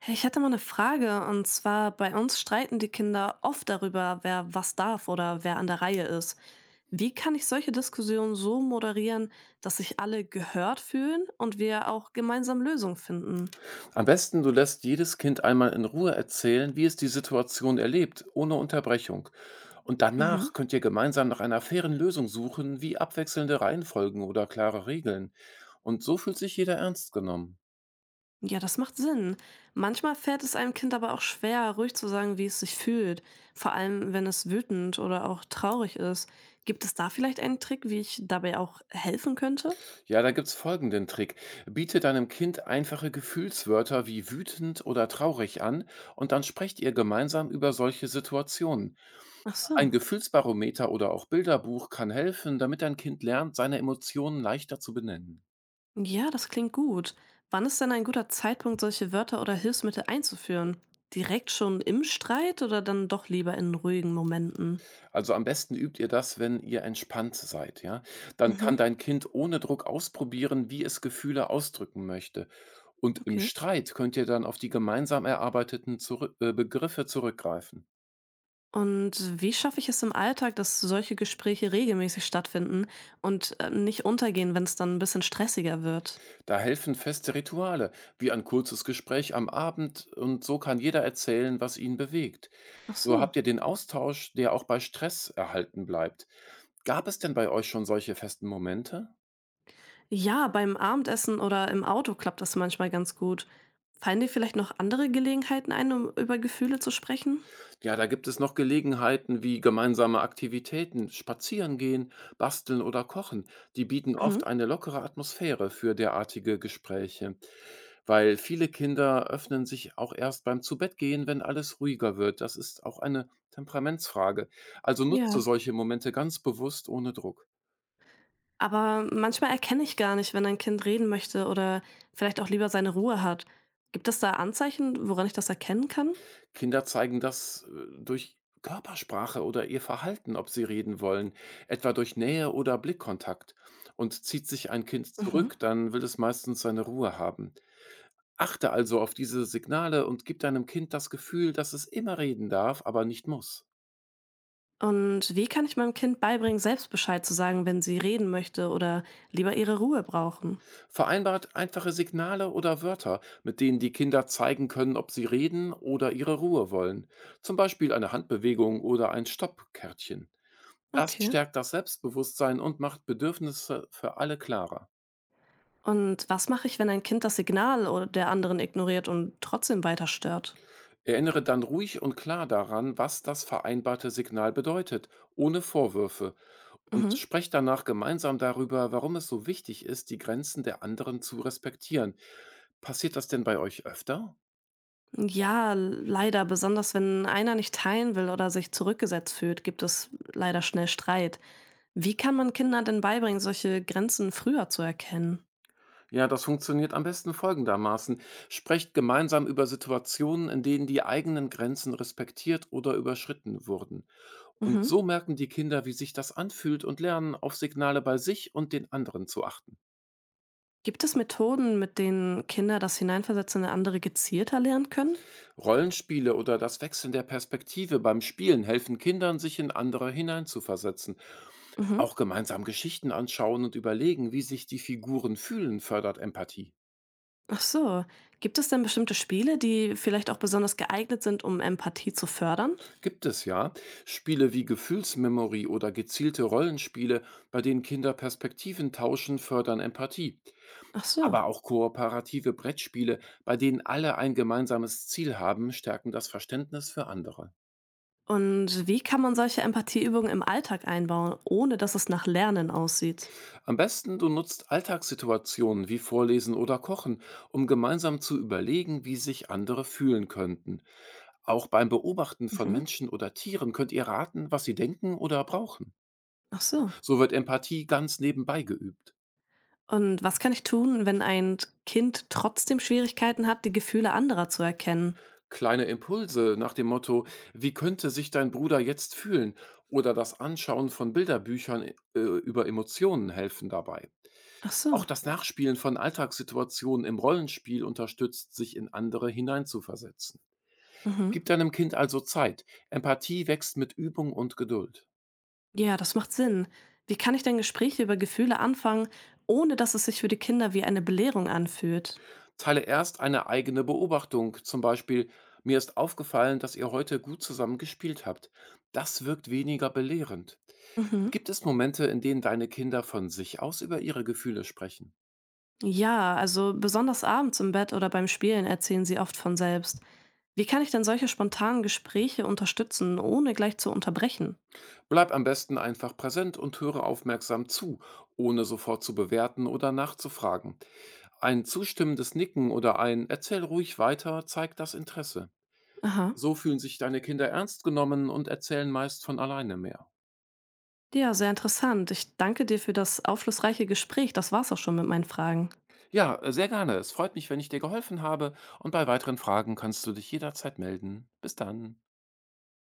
Hey, ich hätte mal eine Frage. Und zwar, bei uns streiten die Kinder oft darüber, wer was darf oder wer an der Reihe ist. Wie kann ich solche Diskussionen so moderieren, dass sich alle gehört fühlen und wir auch gemeinsam Lösungen finden? Am besten, du lässt jedes Kind einmal in Ruhe erzählen, wie es die Situation erlebt, ohne Unterbrechung. Und Mhm. danach könnt ihr gemeinsam nach einer fairen Lösung suchen, wie abwechselnde Reihenfolgen oder klare Regeln. Und so fühlt sich jeder ernst genommen. Ja, das macht Sinn. Manchmal fällt es einem Kind aber auch schwer, ruhig zu sagen, wie es sich fühlt. Vor allem, wenn es wütend oder auch traurig ist. Gibt es da vielleicht einen Trick, wie ich dabei auch helfen könnte? Ja, da gibt's folgenden Trick. Biete deinem Kind einfache Gefühlswörter wie wütend oder traurig an und dann sprecht ihr gemeinsam über solche Situationen. Ach Ein so. Gefühlsbarometer oder auch Bilderbuch kann helfen, damit dein Kind lernt, seine Emotionen leichter zu benennen. Ja, das klingt gut. Wann ist denn ein guter Zeitpunkt, solche Wörter oder Hilfsmittel einzuführen? Direkt schon im Streit oder dann doch lieber in ruhigen Momenten? Also am besten übt ihr das, wenn ihr entspannt seid, ja? Dann kann Mhm, dein Kind ohne Druck ausprobieren, wie es Gefühle ausdrücken möchte. Und im okay. Streit könnt ihr dann auf die gemeinsam erarbeiteten zurück Begriffe zurückgreifen. Und wie schaffe ich es im Alltag, dass solche Gespräche regelmäßig stattfinden und nicht untergehen, wenn es dann ein bisschen stressiger wird? Da helfen feste Rituale, wie ein kurzes Gespräch am Abend, und so kann jeder erzählen, was ihn bewegt. Ach So so. habt ihr den Austausch, der auch bei Stress erhalten bleibt. Gab es denn bei euch schon solche festen Momente? Ja, beim Abendessen oder im Auto klappt das manchmal ganz gut. Fallen dir vielleicht noch andere Gelegenheiten ein, um über Gefühle zu sprechen? Ja, da gibt es noch Gelegenheiten wie gemeinsame Aktivitäten, Spazierengehen, Basteln oder Kochen. Die bieten oft Mhm. eine lockere Atmosphäre für derartige Gespräche, weil viele Kinder öffnen sich auch erst beim Zubettgehen, wenn alles ruhiger wird. Das ist auch eine Temperamentsfrage. Also nutze Ja. solche Momente ganz bewusst ohne Druck. Aber manchmal erkenne ich gar nicht, wenn ein Kind reden möchte oder vielleicht auch lieber seine Ruhe hat. Gibt es da Anzeichen, woran ich das erkennen kann? Kinder zeigen das durch Körpersprache oder ihr Verhalten, ob sie reden wollen, etwa durch Nähe oder Blickkontakt. Und zieht sich ein Kind Mhm. zurück, dann will es meistens seine Ruhe haben. Achte also auf diese Signale und gib deinem Kind das Gefühl, dass es immer reden darf, aber nicht muss. Und wie kann ich meinem Kind beibringen, selbst Bescheid zu sagen, wenn sie reden möchte oder lieber ihre Ruhe brauchen? Vereinbart einfache Signale oder Wörter, mit denen die Kinder zeigen können, ob sie reden oder ihre Ruhe wollen. Zum Beispiel eine Handbewegung oder ein Stoppkärtchen. Das Okay. stärkt das Selbstbewusstsein und macht Bedürfnisse für alle klarer. Und was mache ich, wenn ein Kind das Signal oder der anderen ignoriert und trotzdem weiter stört? Erinnere dann ruhig und klar daran, was das vereinbarte Signal bedeutet, ohne Vorwürfe. Und Mhm. sprecht danach gemeinsam darüber, warum es so wichtig ist, die Grenzen der anderen zu respektieren. Passiert das denn bei euch öfter? Ja, leider, besonders wenn einer nicht teilen will oder sich zurückgesetzt fühlt, gibt es leider schnell Streit. Wie kann man Kindern denn beibringen, solche Grenzen früher zu erkennen? Ja, das funktioniert am besten folgendermaßen. Sprecht gemeinsam über Situationen, in denen die eigenen Grenzen respektiert oder überschritten wurden. Und Mhm. so merken die Kinder, wie sich das anfühlt und lernen, auf Signale bei sich und den anderen zu achten. Gibt es Methoden, mit denen Kinder das Hineinversetzen in andere gezielter lernen können? Rollenspiele oder das Wechseln der Perspektive beim Spielen helfen Kindern, sich in andere hineinzuversetzen. Mhm. Auch gemeinsam Geschichten anschauen und überlegen, wie sich die Figuren fühlen, fördert Empathie. Ach so. Gibt es denn bestimmte Spiele, die vielleicht auch besonders geeignet sind, um Empathie zu fördern? Gibt es ja Spiele wie Gefühlsmemory oder gezielte Rollenspiele, bei denen Kinder Perspektiven tauschen, fördern Empathie. Ach so. Aber auch kooperative Brettspiele, bei denen alle ein gemeinsames Ziel haben, stärken das Verständnis für andere. Und wie kann man solche Empathieübungen im Alltag einbauen, ohne dass es nach Lernen aussieht? Am besten du nutzt Alltagssituationen wie Vorlesen oder Kochen, um gemeinsam zu überlegen, wie sich andere fühlen könnten. Auch beim Beobachten von Mhm. Menschen oder Tieren könnt ihr raten, was sie denken oder brauchen. Ach so. So wird Empathie ganz nebenbei geübt. Und was kann ich tun, wenn ein Kind trotzdem Schwierigkeiten hat, die Gefühle anderer zu erkennen? Kleine Impulse nach dem Motto: „Wie könnte sich dein Bruder jetzt fühlen?“ oder das Anschauen von Bilderbüchern über Emotionen helfen dabei. Ach so. Auch das Nachspielen von Alltagssituationen im Rollenspiel unterstützt, sich in andere hineinzuversetzen. Mhm. Gib deinem Kind also Zeit. Empathie wächst mit Übung und Geduld. Ja, das macht Sinn. Wie kann ich denn Gespräche über Gefühle anfangen, ohne dass es sich für die Kinder wie eine Belehrung anfühlt? Teile erst eine eigene Beobachtung, zum Beispiel: „Mir ist aufgefallen, dass ihr heute gut zusammen gespielt habt.“ Das wirkt weniger belehrend. Mhm. Gibt es Momente, in denen deine Kinder von sich aus über ihre Gefühle sprechen? Ja, also besonders abends im Bett oder beim Spielen erzählen sie oft von selbst. Wie kann ich denn solche spontanen Gespräche unterstützen, ohne gleich zu unterbrechen? Bleib am besten einfach präsent und höre aufmerksam zu, ohne sofort zu bewerten oder nachzufragen. Ein zustimmendes Nicken oder ein Erzähl ruhig weiter zeigt das Interesse. Aha. So fühlen sich deine Kinder ernst genommen und erzählen meist von alleine mehr. Ja, sehr interessant. Ich danke dir für das aufschlussreiche Gespräch. Das war's auch schon mit meinen Fragen. Ja, sehr gerne. Es freut mich, wenn ich dir geholfen habe und bei weiteren Fragen kannst du dich jederzeit melden. Bis dann.